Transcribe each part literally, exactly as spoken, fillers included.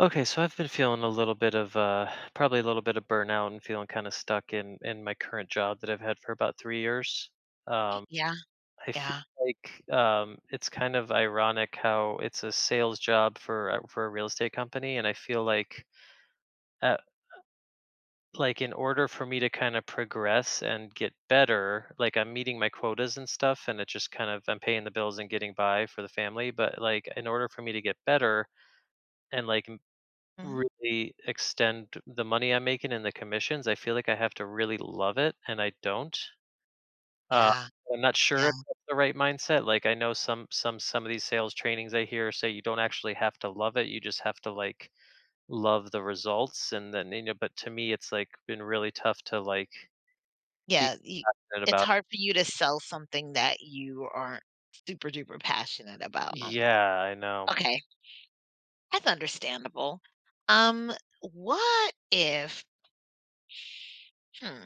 Okay, so I've been feeling a little bit of uh, probably a little bit of burnout and feeling kind of stuck in in my current job that I've had for about three years. Um, Yeah, I feel yeah. like um, it's kind of ironic how it's a sales job for a- for a real estate company, and I feel like uh like in order for me to kind of progress and get better, like I'm meeting my quotas and stuff, and it just kind of I'm paying the bills and getting by for the family. But like in order for me to get better and like Mhm. really extend the money I'm making and the commissions, I feel like I have to really love it, and I don't. Uh, Yeah, I'm not sure yeah, if that's the right mindset. Like, I know some some some of these sales trainings I hear say you don't actually have to love it, you just have to, like, love the results, and then, you know but to me, it's, like, been really tough to, like, be yeah, you passionate it's about. hard for you to sell something that you aren't super duper passionate about almost. Yeah, I know. Okay, that's understandable. Um, what if hmm,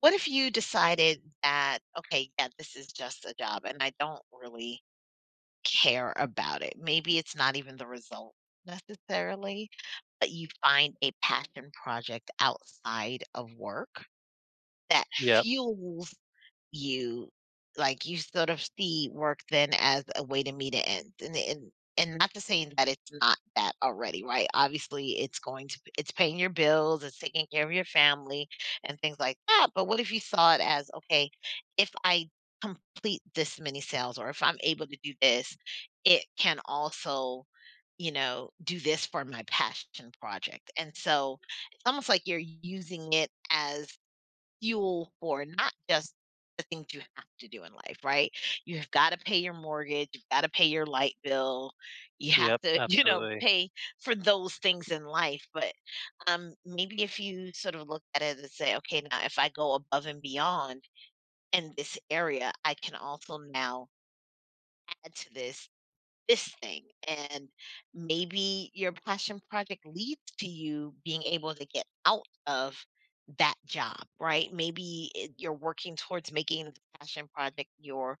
what if you decided that, "Okay, yeah, this is just a job and I don't really care about it." Maybe it's not even the result necessarily, but you find a passion project outside of work that Yep, fuels you. Like, you sort of see work then as a way to meet an end, and and and not to saying that it's not that already, right? Obviously, it's going to it's paying your bills, it's taking care of your family and things like that, but what if you saw it as, "Okay, if I complete this many sales or if I'm able to do this, it can also, you know, do this for my passion project," and so, it's almost like you're using it as fuel for not just the things you have to do in life, right? You have gotta pay your mortgage, you've gotta pay your light bill, you have yep, to, you know, absolutely. pay for those things in life, but, um, maybe if you sort of look at it and say, "Okay, now if I go above and beyond in this area, I can also now add to this this thing," and maybe your passion project leads to you being able to get out of that job. Right, maybe it, you're working towards making the passion project your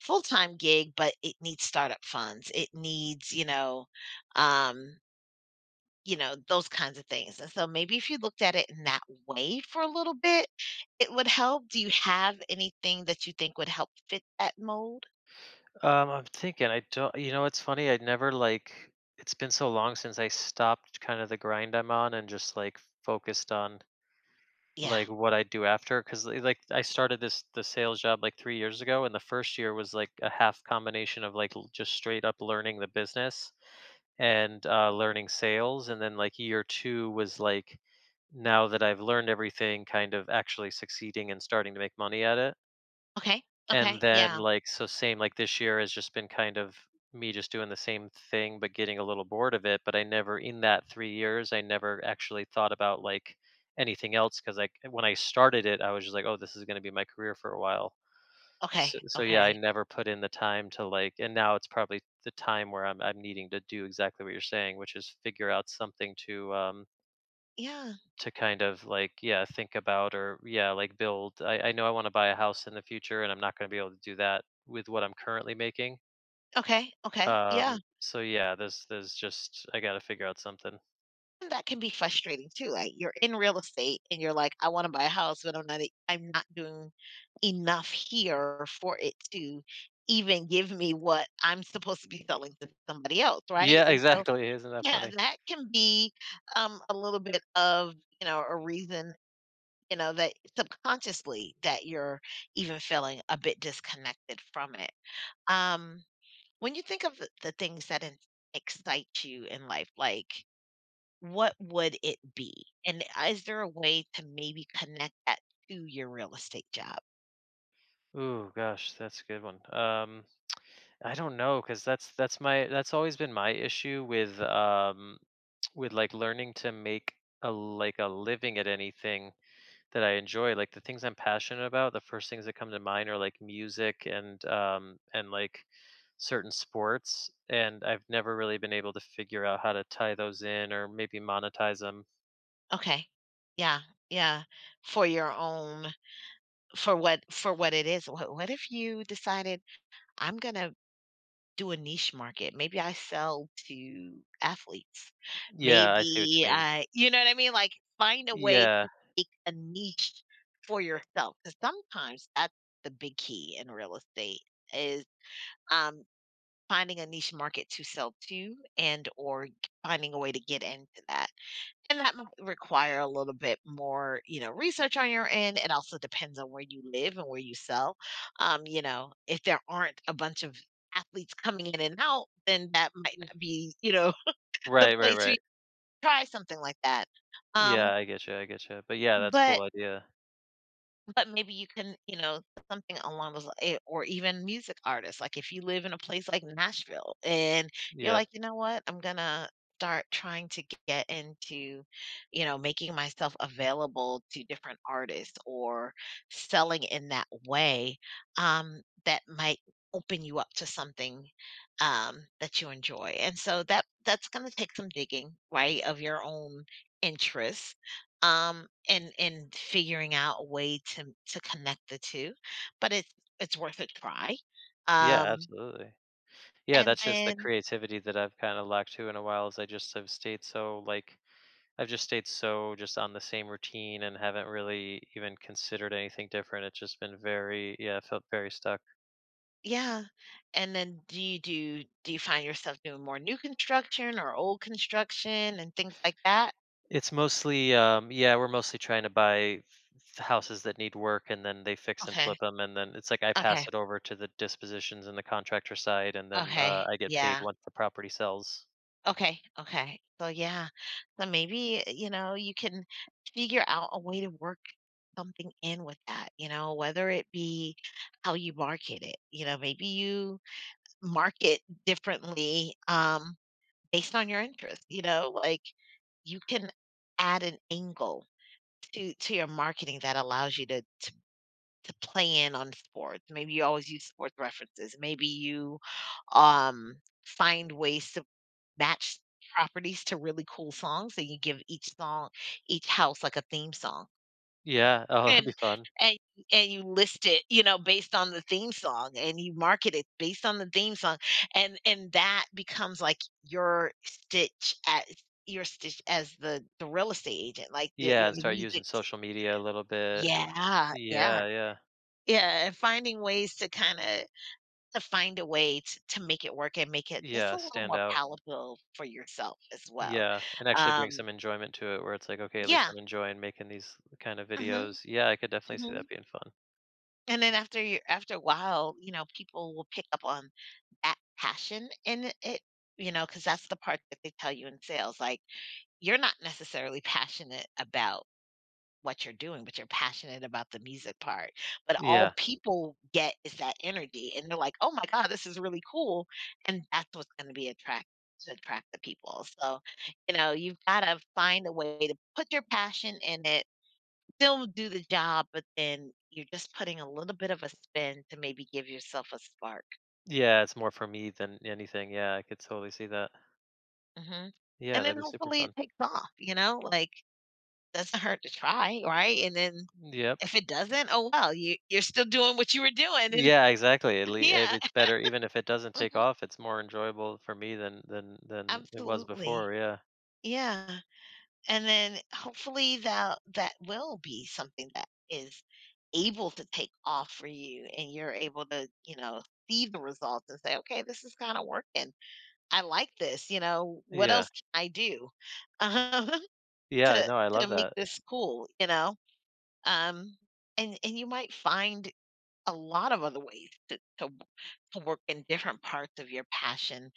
full-time gig, but it needs startup funds, it needs, you know um you know those kinds of things. And so maybe if you looked at it in that way for a little bit, it would help. Do you have anything that you think would help fit that mold? Um, I'm thinking I don't, you know, it's funny, I never like it's been so long since I stopped kind of the grind I'm on and just like focused on Yeah, like what I do after, cuz like I started this the sales job like three years ago, and the first year was like a half combination of like l- just straight up learning the business and uh learning sales, and then like year two was like, now that I've learned everything, kind of actually succeeding and starting to make money at it. okay, And okay, then, yeah. like, so same, like, this year has just been kind of me just doing the same thing, but getting a little bored of it. But I never, in that three years, I never actually thought about, like, anything else because, like, when I started it, I was just like, "Oh, this is gonna be my career for a while." Okay, So so, yeah, I okay. never put in the time to, like, and now it's probably the time where I'm I'm needing to do exactly what you're saying, which is figure out something to, um Yeah. to kind of like, yeah, think about, or yeah, like build i, I know I want to buy a house in the future, and I'm not going to be able to do that with what I'm currently making. Okay, okay, yeah. um so yeah, there's there's just, I gotta figure out something. And that can be frustrating too, like, you're in real estate and you're like, "I wanna buy a house, but I'm not e I'm not doing enough here for it to even give me what I'm supposed to be selling to somebody else," right? Yeah, And so, exactly, isn't that yeah, funny. that can be, um, a little bit of, you know, a reason, you know, that subconsciously that you're even feeling a bit disconnected from it. Um When you think of the the things that en excite you in life, like, what would it be? And is there a way to maybe connect that to your real estate job? Ooh, gosh, that's a good one. Um, I don't know, cause that's that's my that's always been my issue with um with like learning to make a like a living at anything that I enjoy, like the things I'm passionate about. The first things that come to mind are like music and um and like certain sports, and I've never really been able to figure out how to tie those in or maybe monetize them. Okay. Yeah, yeah, for your own, for what for what it is. What what if you decided, "I'm gonna do a niche market. Maybe I sell to athletes. Yeah, I see what you Maybe mean. I you know what I mean? Like, find a way Yeah. to make a niche for yourself. Because sometimes that's the big key in real estate is, um, finding a niche market to sell to, and or finding a way to get into that. And that might require a little bit more, you know, research on your end. It also depends on where you live and where you sell. Um, you know, if there aren't a bunch of athletes coming in and out, then that might not be, you know, the Right, right, place where you right. try something like that. Yeah, Um, I get you. I get you. But yeah, that's a cool but idea. But maybe you can, you know, something along those li eh, or even music artists, like, if you live in a place like Nashville and you're Yep. like, "You know what? I'm gonna start trying to get into, you know, making myself available to different artists or selling in that way," um, that might open you up to something, um, that you enjoy, and so that that's gonna take some digging, right, of your own interests, um, and and figuring out a way to to connect the two, but it's it's worth a try. Yeah, Um, absolutely. Yeah, and that's just the then creativity that I've kind of lacked to in a while, is I just have stayed so like I've just stayed so just on the same routine and haven't really even considered anything different. It's just been very, yeah, I felt very stuck. Yeah, and then do you do do you find yourself doing more new construction or old construction and things like that? It's mostly, um, yeah, we're mostly trying to buy th- houses that need work, and then they fix and flip Okay, them. And then it's like I pass okay, it over to the dispositions and the contractor side, and then uh, okay, I get paid yeah, once the property sells. okay, okay. So yeah, so maybe you know you can figure out a way to work something in with that. You know, whether it be how you market it. You know, maybe you market differently, um, based on your interest, you know? Like, you can add an angle to to your marketing that allows you to to to play in on sports. Maybe you always use sports references. Maybe you, um, find ways to match properties to really cool songs, and you give each song each house, like, a theme song, Yeah. Oh, that'd be and fun. and and you list it, you know, based on the theme song, and you market it based on the theme song. And and that becomes like your stitch as your stitch as the, the real estate agent, like the, Yeah. you're And the start using music. social media a little bit. Yeah, yeah. Yeah. Yeah. Yeah. And finding ways to kind of to find a way to, to make it work and make it just Yeah. a little Stand more out. palatable for yourself as well. Yeah, and actually bring Um, some enjoyment to it where it's like, okay, at least yeah. I'm enjoying making these kind of Hmm. videos. Yeah, I could definitely see Hmm. that being fun. And then after you, after a while, you know, people will pick up on that passion in it, you know, because that's the part that they tell you in sales. Like, you're not necessarily passionate about what you're doing, but you're passionate about the music part. But all Yeah. people get is that energy. And they're like, oh my God, this is really cool. And that's what's going to be attract to attract the people. So, you know, you've got to find a way to put your passion in it, still do the job, but then you're just putting a little bit of a spin to maybe give yourself a spark. Yeah, it's more for me than anything. Yeah, I could totally see that. Mhm. Yeah, And that'd then be super hopefully fun. it takes off, you know, like, doesn't hurt to try, right? And then Yep. if it doesn't, oh, well, you you're still doing what you were doing. And Yeah, exactly. At least if yeah. it's better, even if it doesn't take Mhm. off, it's more enjoyable for me than than than it was Absolutely. before. Yeah. Yeah. And then hopefully that that will be something that is able to take off for you, and you're able to, you know, see the results and say, "Okay, this is kinda working. I like this, you know, what Yeah. else can I do, um, Yeah. to No, I to love make that. this cool," you know? Um, and and you might find a lot of other ways to to, w- to work in different parts of your passion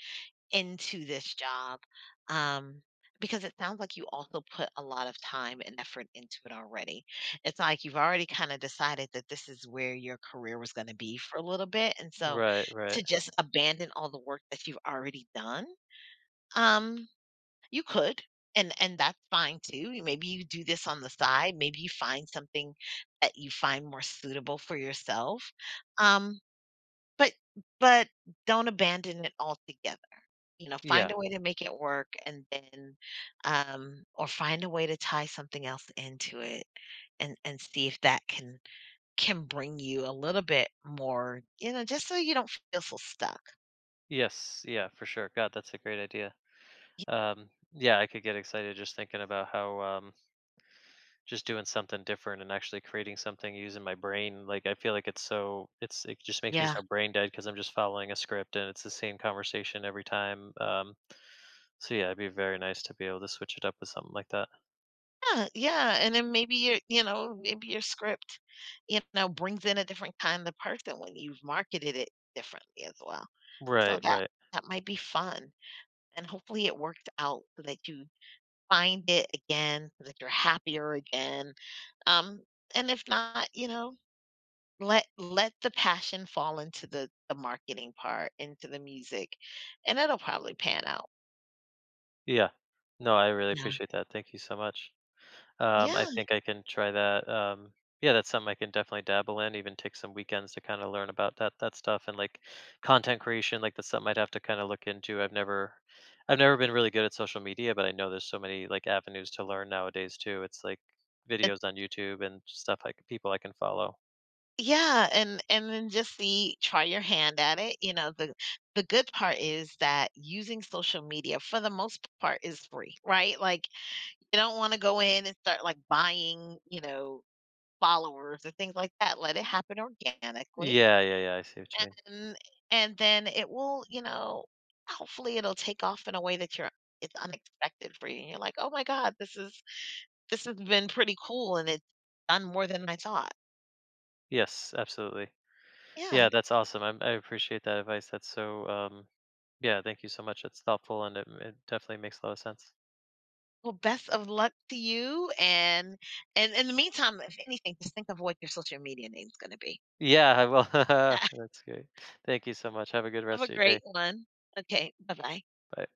into this job. Um, because it sounds like you also put a lot of time and effort into it already. It's like you've already kind of decided that this is where your career was going to be for a little bit. And so Right. Right. to just abandon all the work that you've already done, um, you could, and and that's fine too. You- Maybe you do this on the side. Maybe you find something that you find more suitable for yourself. Um, but but don't abandon it altogether. You know, find Yeah. a way to make it work, and then, um, or find a way to tie something else into it, and and see if that can can bring you a little bit more. You know, just so you don't feel so stuck. Yes. Yeah. For sure. God, that's a great idea. Um. Yeah, I could get excited just thinking about how um just doing something different and actually creating something using my brain, like I feel like it's so, it's, it just makes me Yeah. so brain dead because I'm just following a script and it's the same conversation every time. um so yeah, it'd be very nice to be able to switch it up with something like that. Yeah, yeah, and then maybe your, you know, maybe your script, you know, brings in a different kind of person when you've marketed it differently as well. Right, So that right. that might be fun, and hopefully it worked out so that you find it again, so that you're happier again. Um, and if not, you know, let let the passion fall into the the marketing part, into the music, and it'll probably pan out. Yeah, no, I really Yeah. appreciate that. Thank you so much. Um, I Yeah. think I can try that. Um, yeah, that's something I can definitely dabble in. Even take some weekends to kind of learn about that that stuff and like content creation. Like that's something I'd have to kind of look into. I've never, I've never been really good at social media, but I know there's so many like avenues to learn nowadays too. It's like videos on YouTube and stuff, like people I can follow. Yeah, and and then just see, try your hand at it. You know, the the good part is that using social media for the most part is free, right? Like, you don't want to go in and start like buying, you know, followers or things like that. Let it happen organically. Yeah, yeah, yeah. I see what you mean. And and then it will, you know, hopefully it'll take off in a way that you're, it's unexpected for you. And you're like, "Oh my God, this is this has been pretty cool, and it's done more than I thought." Yes, absolutely. Yeah. Yeah, that's awesome. I'm, I appreciate that advice. That's so. Um, yeah, thank you so much. It's thoughtful, and it, it definitely makes a lot of sense. Well, best of luck to you, and and in the meantime, if anything, just think of what your social media name's gonna be. Yeah, well, that's great. Thank you so much. Have a good Have a rest of your great day. one. Okay, bye-bye. Bye.